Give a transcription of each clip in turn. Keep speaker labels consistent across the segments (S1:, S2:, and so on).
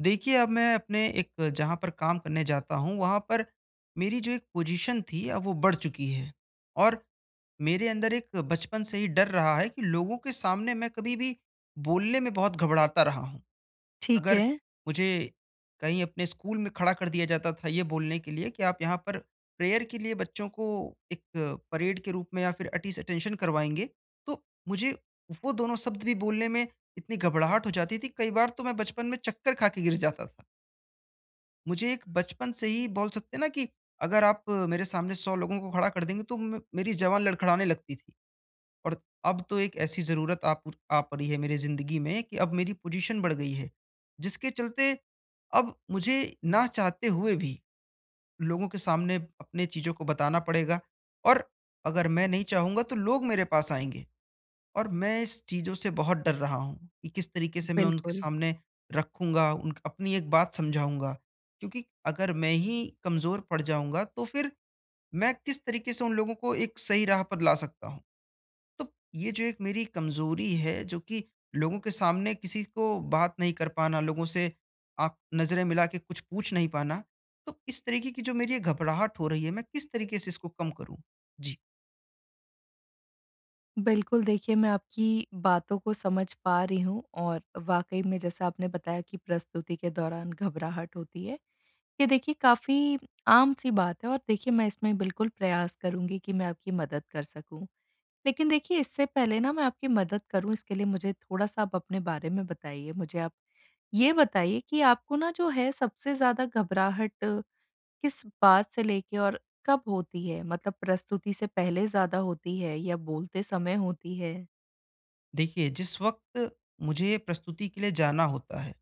S1: देखिए, अब मैं अपने एक जहाँ पर काम करने जाता हूँ, वहाँ पर मेरी जो एक पोजीशन थी, अब वो बढ़ चुकी है। और मेरे अंदर एक बचपन से ही डर रहा है कि लोगों के सामने मैं कभी भी बोलने में बहुत घबराता रहा हूँ।
S2: ठीक
S1: अगर
S2: है।
S1: मुझे कहीं अपने स्कूल में खड़ा कर दिया जाता था ये बोलने के लिए कि आप यहाँ पर प्रेयर के लिए बच्चों को एक परेड के रूप में या फिर अटिस अटेंशन करवाएँगे, तो मुझे वो दोनों शब्द भी बोलने में इतनी घबराहट हो जाती थी, कई बार तो मैं बचपन में चक्कर खा के गिर जाता था। मुझे एक बचपन से ही बोल सकते हैं ना कि अगर आप मेरे सामने 100 लोगों को खड़ा कर देंगे तो म मेरी ज़बान लड़खड़ाने लगती थी। और अब तो एक ऐसी ज़रूरत आ पड़ी है मेरी ज़िंदगी में कि अब मेरी पोज़ीशन बढ़ गई है। जिसके चलते अब मुझे ना चाहते हुए भी लोगों के सामने अपने चीज़ों को बताना पड़ेगा। और अगर मैं नहीं चाहूँगा तो लोग मेरे पास आएँगे। और मैं इस चीज़ों से बहुत डर रहा हूँ कि किस तरीके से मैं उनके
S2: बिल्कुल।
S1: सामने रखूँगा, उन अपनी एक बात समझाऊँगा। क्योंकि अगर मैं ही कमज़ोर पड़ जाऊँगा तो फिर मैं किस तरीके से उन लोगों को एक सही राह पर ला सकता हूँ? तो ये जो एक मेरी कमज़ोरी है जो कि लोगों के सामने किसी को बात नहीं कर पाना, लोगों से आँख नज़रें मिला के कुछ पूछ नहीं पाना, तो इस तरीके की जो मेरी ये घबराहट हो रही है, मैं किस तरीके से इसको कम करूँ? जी।
S2: बिल्कुल, देखिए मैं आपकी बातों को समझ पा रही हूँ और वाक़ई में जैसा आपने बताया कि प्रस्तुति के दौरान घबराहट होती है। ये देखिए काफ़ी आम-सी बात है और देखिए मैं इसमें बिल्कुल प्रयास करूँगी कि मैं आपकी मदद कर सकूँ। लेकिन देखिए इससे पहले ना मैं आपकी मदद करूँ इसके लिए मुझे थोड़ा-सा आप अपने बारे में बताइए। मुझे आप ये बताइए कि आपको ना जो है सबसे ज़्यादा घबराहट किस बात से लेके और कब होती है? मतलब प्रस्तुति से पहले ज़्यादा होती है या बोलते समय होती है?
S1: देखिए, जिस वक़्त मुझे प्रस्तुति के लिए जाना होता है,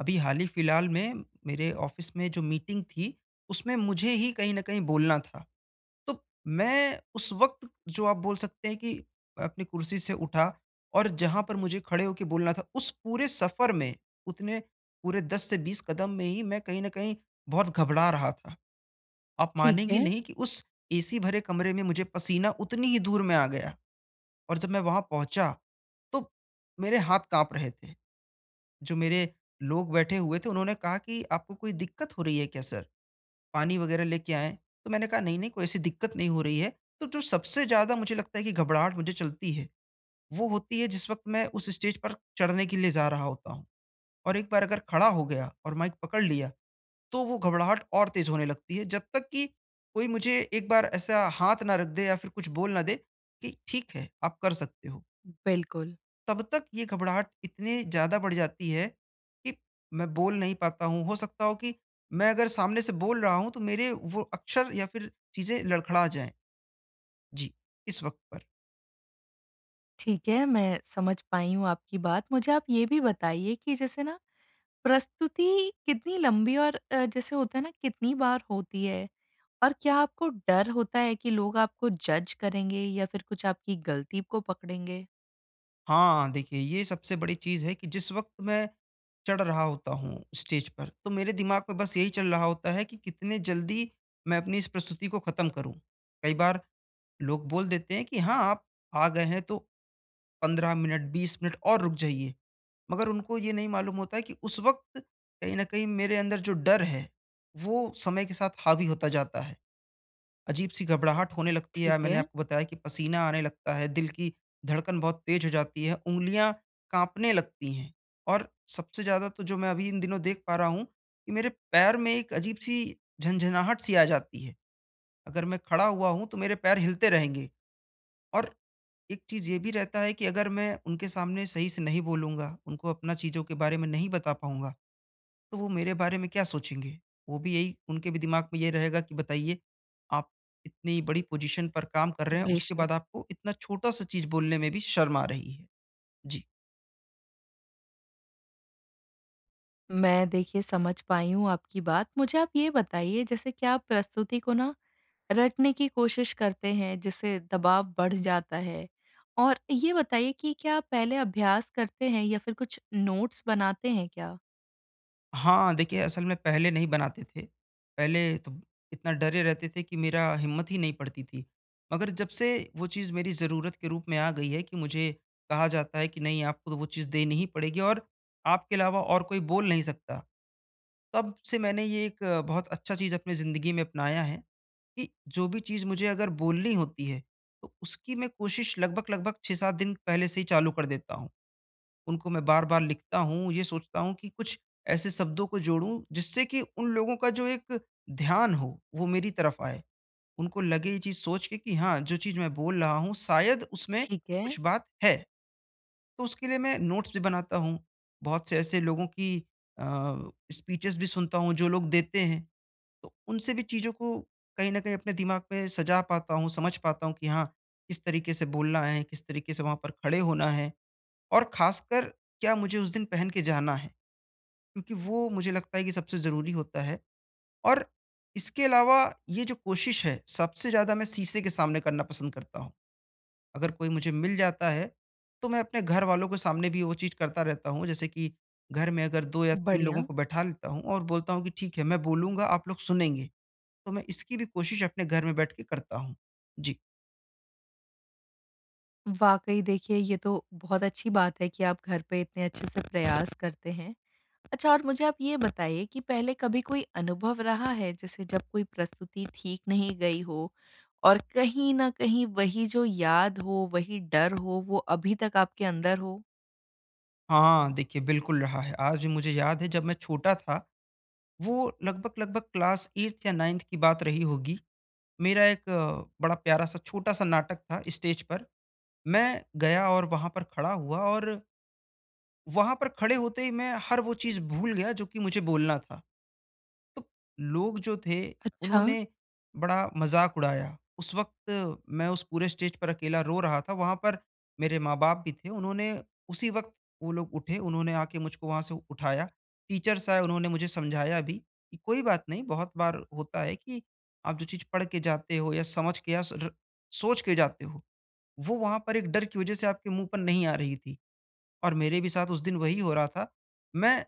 S1: अभी हाल ही फिलहाल में मेरे ऑफिस में जो मीटिंग थी, उसमें मुझे ही कहीं न कहीं बोलना था। तो मैं उस वक़्त, जो आप बोल सकते हैं कि अपनी कुर्सी से उठा और जहाँ पर मुझे खड़े होके बोलना था, उस पूरे सफ़र में, उतने पूरे 10 से 20 कदम में ही मैं कहीं न कहीं बहुत घबरा रहा था। आप
S2: ठीक
S1: मानेंगे
S2: है,
S1: नहीं कि उस एसी भरे कमरे में मुझे पसीना उतनी ही दूर में आ गया, और जब मैं वहाँ पहुँचा, तो मेरे हाथ काँप रहे थे। जो मेरे लोग बैठे हुए थे उन्होंने कहा कि आपको कोई दिक्कत हो रही है क्या सर? पानी वगैरह लेके आएँ? तो मैंने कहा नहीं, नहीं कोई ऐसी दिक्कत नहीं हो रही है। तो जो सबसे ज़्यादा मुझे लगता है कि घबराहट मुझे चलती है, वो होती है जिस वक़्त मैं उस स्टेज पर चढ़ने के लिए जा रहा होता हूँ। और एक बार अगर खड़ा हो गया और माइक पकड़ लिया, तो वो घबराहट और तेज़ होने लगती है जब तक कि कोई मुझे एक बार ऐसा हाथ ना रख दे या फिर कुछ बोल ना दे कि ठीक है, आप कर सकते हो।
S2: बिल्कुल।
S1: तब तक ये घबराहट इतने ज़्यादा बढ़ जाती है कि मैं बोल नहीं पाता हूँ। हो सकता हो कि मैं अगर सामने से बोल रहा हूँ तो मेरे वो अक्षर या फिर चीज़ें लड़खड़ा जाएँ। जी, इस वक़्त पर।
S2: ठीक है, मैं समझ पाई हूँ आपकी बात। मुझे आप ये भी बताइए कि जैसे ना प्रस्तुति कितनी लंबी और जैसे होता है ना कितनी बार होती है? और क्या आपको डर होता है कि लोग आपको जज करेंगे या फिर कुछ आपकी गलती को पकड़ेंगे?
S1: हाँ, देखिए ये सबसे बड़ी चीज़ है कि जिस वक़्त मैं चढ़ रहा होता हूँ स्टेज पर, तो मेरे दिमाग में बस यही चल रहा होता है कि कितने जल्दी मैं अपनी इस प्रस्तुति को ख़त्म करूँ। कई बार लोग बोल देते हैं कि हाँ, आप आ गए हैं तो 15 मिनट 20 मिनट और रुक जाइए। मगर उनको ये नहीं मालूम होता है कि उस वक़्त कहीं न कहीं मेरे अंदर जो डर है, वो समय के साथ हावी होता जाता है। अजीब-सी घबराहट होने लगती है,
S2: ठीक
S1: मैंने
S2: है,
S1: आपको बताया कि पसीना आने लगता है, दिल की धड़कन बहुत तेज़ हो जाती है, उँगलियाँ काँपने लगती हैं। और सबसे ज़्यादा तो जो मैं अभी इन दिनों देख पा रहा हूँ कि मेरे पैर में एक अजीब-सी झनझनाहट-सी आ जाती है। अगर मैं खड़ा हुआ हूँ, तो मेरे पैर हिलते रहेंगे। और एक चीज़ ये भी रहता है कि अगर मैं उनके सामने सही से नहीं बोलूँगा, उनको अपना चीज़ों के बारे में नहीं बता पाऊँगा, तो वो मेरे बारे में क्या सोचेंगे? वो भी यही उनके भी दिमाग में ये रहेगा कि बताइए, आप इतनी बड़ी पोज़ीशन पर काम कर रहे हैं, उसके
S2: बेशक।
S1: बाद आपको इतना छोटा-सा चीज़ बोलने में भी शर्म आ रही है। जी।
S2: मैं देखिए समझ पाई हूँ आपकी बात। मुझे आप ये बताइए जैसे क्या आप प्रस्तुति को ना रटने की कोशिश करते हैं जिससे दबाव बढ़ जाता है। और ये बताइए कि क्या आप पहले अभ्यास करते हैं या फिर कुछ नोट्स बनाते हैं क्या?
S1: हाँ, देखिए असल में पहले नहीं बनाते थे। पहले तो इतना डरे रहते थे कि मेरा हिम्मत ही नहीं पड़ती थी। मगर जब से वो चीज़ मेरी ज़रूरत के रूप में आ गई है कि मुझे कहा जाता है कि नहीं आपको तो वो चीज़ देनी ही पड़ेगी और आपके अलावा और कोई बोल नहीं सकता। तब से मैंने ये एक बहुत अच्छा चीज़ अपनी ज़िंदगी में अपनाया है कि जो भी चीज़ मुझे अगर बोलनी होती है, तो उसकी मैं कोशिश लगभग-लगभग 6-7 दिन पहले से ही चालू कर देता हूँ। उनको मैं बार-बार लिखता हूँ, ये सोचता हूँ कि कुछ ऐसे शब्दों को जोड़ूँ जिससे कि उन लोगों का जो एक ध्यान हो, वो मेरी तरफ आए। उनको लगे ये चीज़ सोच के कि हाँ, जो चीज़ मैं बोल रहा हूँ शायद उसमें
S2: ठीक है,
S1: कुछ बात है। तो उसके लिए मैं नोट्स भी बनाता हूँ। बहुत से ऐसे लोगों की अ, स्पीचेस भी सुनता हूँ जो लोग देते हैं, तो उनसे भी चीज़ों को कहीं न कहीं अपने दिमाग में सजा पाता हूँ, समझ पाता हूँ कि हाँ, किस तरीके से बोलना है, किस तरीके से वहाँ पर खड़े होना है। और ख़ासकर क्या मुझे उस दिन पहन के जाना है, क्योंकि वो मुझे लगता है कि सबसे ज़रूरी होता है। और इसके अलावा ये जो कोशिश है, सबसे ज़्यादा मैं शीशे के सामने करना पसंद करता हूँ। अगर कोई मुझे मिल जाता है, तो मैं अपने घर वालों के सामने भी वो चीज़ करता रहता हूँ, जैसे कि घर में अगर 2 या 3 लोगों
S2: बढ़िया।
S1: को बैठा लेता हूँ और बोलता हूँ कि ठीक है, मैं बोलूँगा, आप लोग सुनेंगे। तो मैं इसकी भी कोशिश अपने घर में बैठ के करता हूँ। जी।
S2: वाक़ई देखिए ये तो बहुत अच्छी बात है कि आप घर पे इतने अच्छे से प्रयास करते हैं। अच्छा और मुझे आप ये बताइए कि पहले कभी कोई अनुभव रहा है जैसे जब कोई प्रस्तुति ठीक नहीं गई हो और कहीं न कहीं वही जो याद हो, वही डर हो, वो अभी तक आपके अंदर हो?
S1: हाँ, देखिए बिल्कुल रहा है। आज भी मुझे याद है जब मैं छोटा था, वो लगभग-लगभग क्लास 8th या 9th की बात रही होगी। मेरा एक बड़ा प्यारा-सा छोटा-सा नाटक था स्टेज पर। मैं गया और वहाँ पर खड़ा हुआ और वहाँ पर खड़े होते ही मैं हर वो चीज़ भूल गया जो कि मुझे बोलना था। तो लोग जो थे
S2: अच्छा।
S1: उन्होंने बड़ा मज़ाक उड़ाया। उस वक़्त मैं उस पूरे स्टेज पर अकेला रो रहा था, वहाँ पर मेरे माँ-बाप भी थे, उन्होंने उसी वक़्त, वो लोग उठे, उन्होंने आके मुझको वहाँ से उठाया। टीचर्स आए, उन्होंने मुझे समझाया भी कि कोई बात नहीं, बहुत बार होता है कि आप जो चीज़ पढ़ के जाते हो या समझ के या स र सोच के जाते हो, वो वहाँ पर एक डर की वज़ह से आपके मुँह पर नहीं आ रही थी। और मेरे भी साथ उस दिन वही हो रहा था। मैं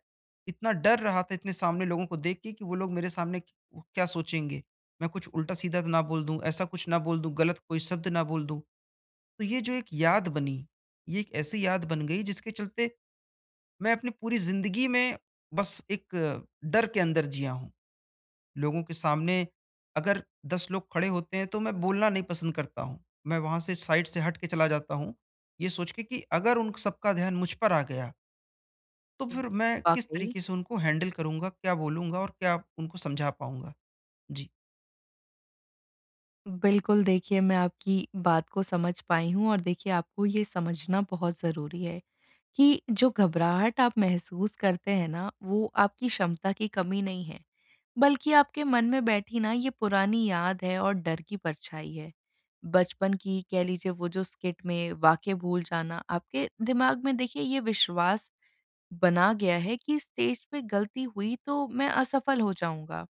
S1: इतना डर रहा था इतने सामने लोगों को देख के कि वो लोग मेरे सामने वो क्या सोचेंगे? मैं कुछ उल्टा-सीधा तो ना बोल दूँ, ऐसा कुछ ना बोल दूँ, गलत कोई शब्द ना बोल दूँ। तो ये जो एक याद बनी, ये एक ऐसी याद बन गई जिसके चलते मैं अपनी पूरी ज़िंदगी में बस एक डर के अंदर जिया हूँ। लोगों के सामने अगर 10 लोग खड़े होते हैं तो मैं बोलना नहीं पसंद करता हूँ। मैं वहाँ से साइड से हट के चला जाता हूँ, ये सोच के कि अगर उन सबका ध्यान मुझ पर आ गया तो फिर मैं किस
S2: वाक़ई।
S1: तरीके से उनको हैंडल करूँगा, क्या बोलूँगा और क्या उनको समझा पाऊँगा? जी,
S2: बिल्कुल, देखिए मैं आपकी बात को समझ पाई हूँ और देखिए आपको ये समझना बहुत ज़रूरी है कि जो घबराहट आप महसूस करते हैं ना, वो आपकी क्षमता की कमी नहीं है, बल्कि आपके मन में बैठी ना ये पुरानी याद है और डर की परछाई है। बचपन की कह लीजिए वो जो स्किट में वाक्य भूल जाना, आपके दिमाग में देखिए ये विश्वास बना गया है कि स्टेज पे गलती हुई तो मैं असफल हो जाऊँगा।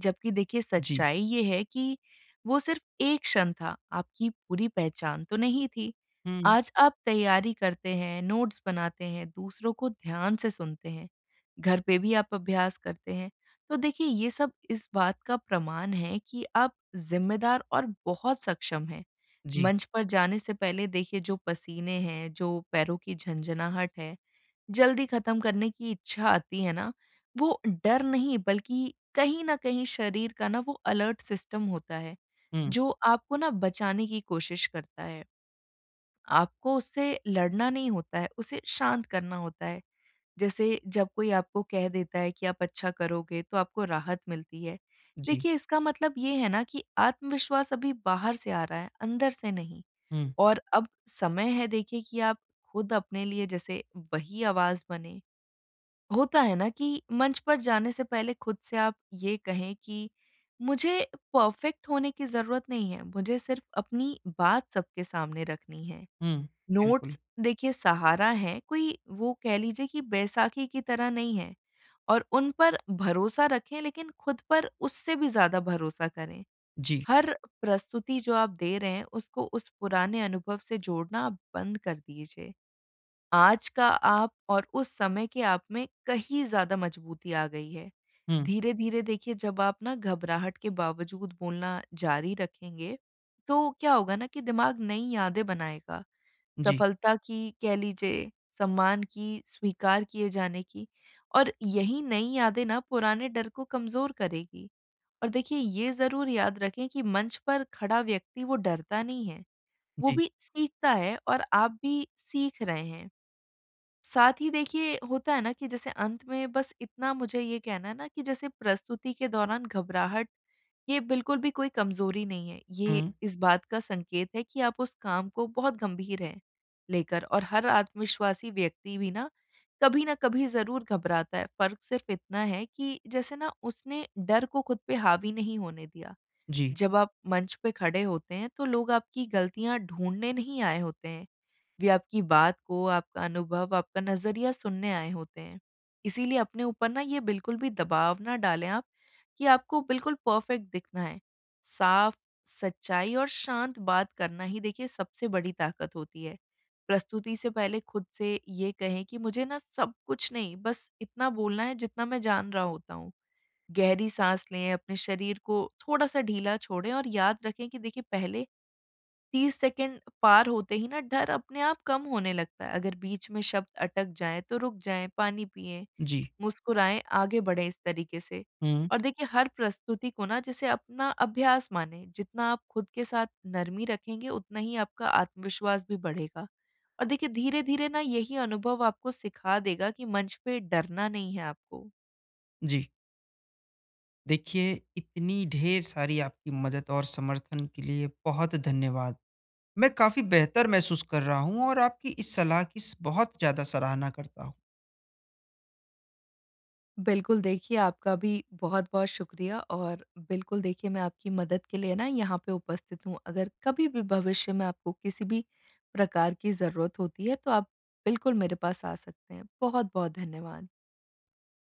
S2: जबकि देखिए
S1: जी।
S2: सच्चाई ये है कि वो सिर्फ एक क्षण था, आपकी पूरी पहचान तो नहीं थी।
S1: हुँ,
S2: आज आप तैयारी करते हैं, नोट्स बनाते हैं, दूसरों को ध्यान से सुनते हैं, घर पे भी आप अभ्यास करते हैं। तो देखिए ये सब इस बात का प्रमाण है कि आप ज़िम्मेदार और बहुत सक्षम हैं।
S1: जी।
S2: मंच पर जाने से पहले देखिए जो पसीने हैं, जो पैरों की झंझनाहट है, जल्दी खत्म करने की इच्छा आती है ना, वो डर नहीं, बल्कि कहीं न कहीं शरीर का ना वो अलर्ट सिस्टम होता है,
S1: हुँ,
S2: जो आपको ना बचाने की कोशिश करता है। आपको उससे लड़ना नहीं होता है, उसे शांत करना होता है। जैसे जब कोई आपको कह देता है कि आप अच्छा करोगे, तो आपको राहत मिलती है।
S1: जी।
S2: देखिए इसका मतलब ये है ना कि आत्मविश्वास अभी बाहर से आ रहा है, अंदर से नहीं।
S1: हुँ,
S2: और अब समय है देखिए कि आप खुद अपने लिए जैसे वही आवाज़ बनें। होता है ना कि मंच पर जाने से पहले खुद से आप ये कहें कि मुझे परफेक्ट होने की ज़रूरत नहीं है, मुझे सिर्फ अपनी बात सबके सामने रखनी है।
S1: हुँ। बिल्कुल।
S2: नोट्स देखिए सहारा है, कोई वो कह लीजिए कि बैसाखी की तरह नहीं है, और उन पर भरोसा रखें, लेकिन खुद पर उससे भी ज़्यादा भरोसा करें।
S1: जी।
S2: हर प्रस्तुति जो आप दे रहे हैं उसको उस पुराने अनुभव से जोड़ना आप बंद कर दीजिए। आज का आप और उस समय के आप में कहीं ज़्यादा मजबूती आ गई है।
S1: हुँ,
S2: धीरे-धीरे देखिए जब आप ना घबराहट के बावजूद बोलना जारी रखेंगे, तो क्या होगा ना कि दिमाग नई यादें बनाएगा।
S1: जी,
S2: सफलता की कह लीजिए, सम्मान की, स्वीकार किए जाने की, और यही नई यादें ना पुराने डर को कमज़ोर करेगी। और देखिए ये ज़रूर याद रखें कि मंच पर खड़ा व्यक्ति वो डरता नहीं है, वो
S1: जी।
S2: भी सीखता है और आप भी सीख रहे हैं। साथ ही देखिए होता है ना कि जैसे अंत में बस इतना मुझे ये कहना है ना कि जैसे प्रस्तुति के दौरान घबराहट ये बिल्कुल भी कोई कमजोरी नहीं है। ये
S1: हुँ,
S2: इस बात का संकेत है कि आप उस काम को बहुत गंभीर हैं लेकर, और हर आत्मविश्वासी व्यक्ति भी ना कभी ज़रूर घबराता है। फ़र्क सिर्फ इतना है कि जैसे ना उसने डर को खुद पे हावी नहीं होने दिया।
S1: जी,
S2: जब आप मंच पे खड़े होते हैं तो लोग आपकी गलतियाँ ढूँढने नहीं आए होते हैं। वे आपकी बात को, आपका अनुभव, आपका नज़रिया सुनने आए होते हैं। इसीलिए अपने ऊपर ना ये बिल्कुल भी दबाव ना डालें आप कि आपको बिल्कुल परफेक्ट दिखना है। साफ, सच्चाई और शांत बात करना ही देखिए सबसे बड़ी ताकत होती है। प्रस्तुति से पहले खुद से ये कहें कि मुझे ना सब कुछ नहीं, बस इतना बोलना है जितना मैं जान रहा होता हूँ। गहरी साँस लें, अपने शरीर को थोड़ा-सा ढीला छोड़ें और याद रखें कि देखिए पहले 30 सेकंड पार होते ही ना डर अपने आप कम होने लगता है। अगर बीच में शब्द अटक जाएँ तो रुक जाएँ, पानी पिएँ,
S1: जी।
S2: मुस्कुराएँ, आगे बढ़ें इस तरीके से।
S1: हुँ,
S2: और देखिए हर प्रस्तुति को ना जैसे अपना अभ्यास मानें, जितना आप खुद के साथ नरमी रखेंगे उतना ही आपका आत्मविश्वास भी बढ़ेगा। और देखिए धीरे-धीरे ना यही अनुभव आपको सिखा देगा कि मंच पे डरना नहीं है आपको।
S1: जी। देखिए, इतनी ढेर सारी आपकी मदद और समर्थन के लिए बहुत धन्यवाद। मैं काफ़ी बेहतर महसूस कर रहा हूँ और आपकी इस सलाह की स बहुत ज़्यादा सराहना करता हूँ।
S2: बिल्कुल, देखिए आपका भी बहुत-बहुत शुक्रिया और बिल्कुल देखिए मैं आपकी मदद के लिए ना यहाँ पे उपस्थित हूँ। अगर कभी भी भविष्य में आपको किसी भी प्रकार की ज़रूरत होती है, तो आप बिल्कुल मेरे पास आ सकते हैं। बहुत-बहुत धन्यवाद।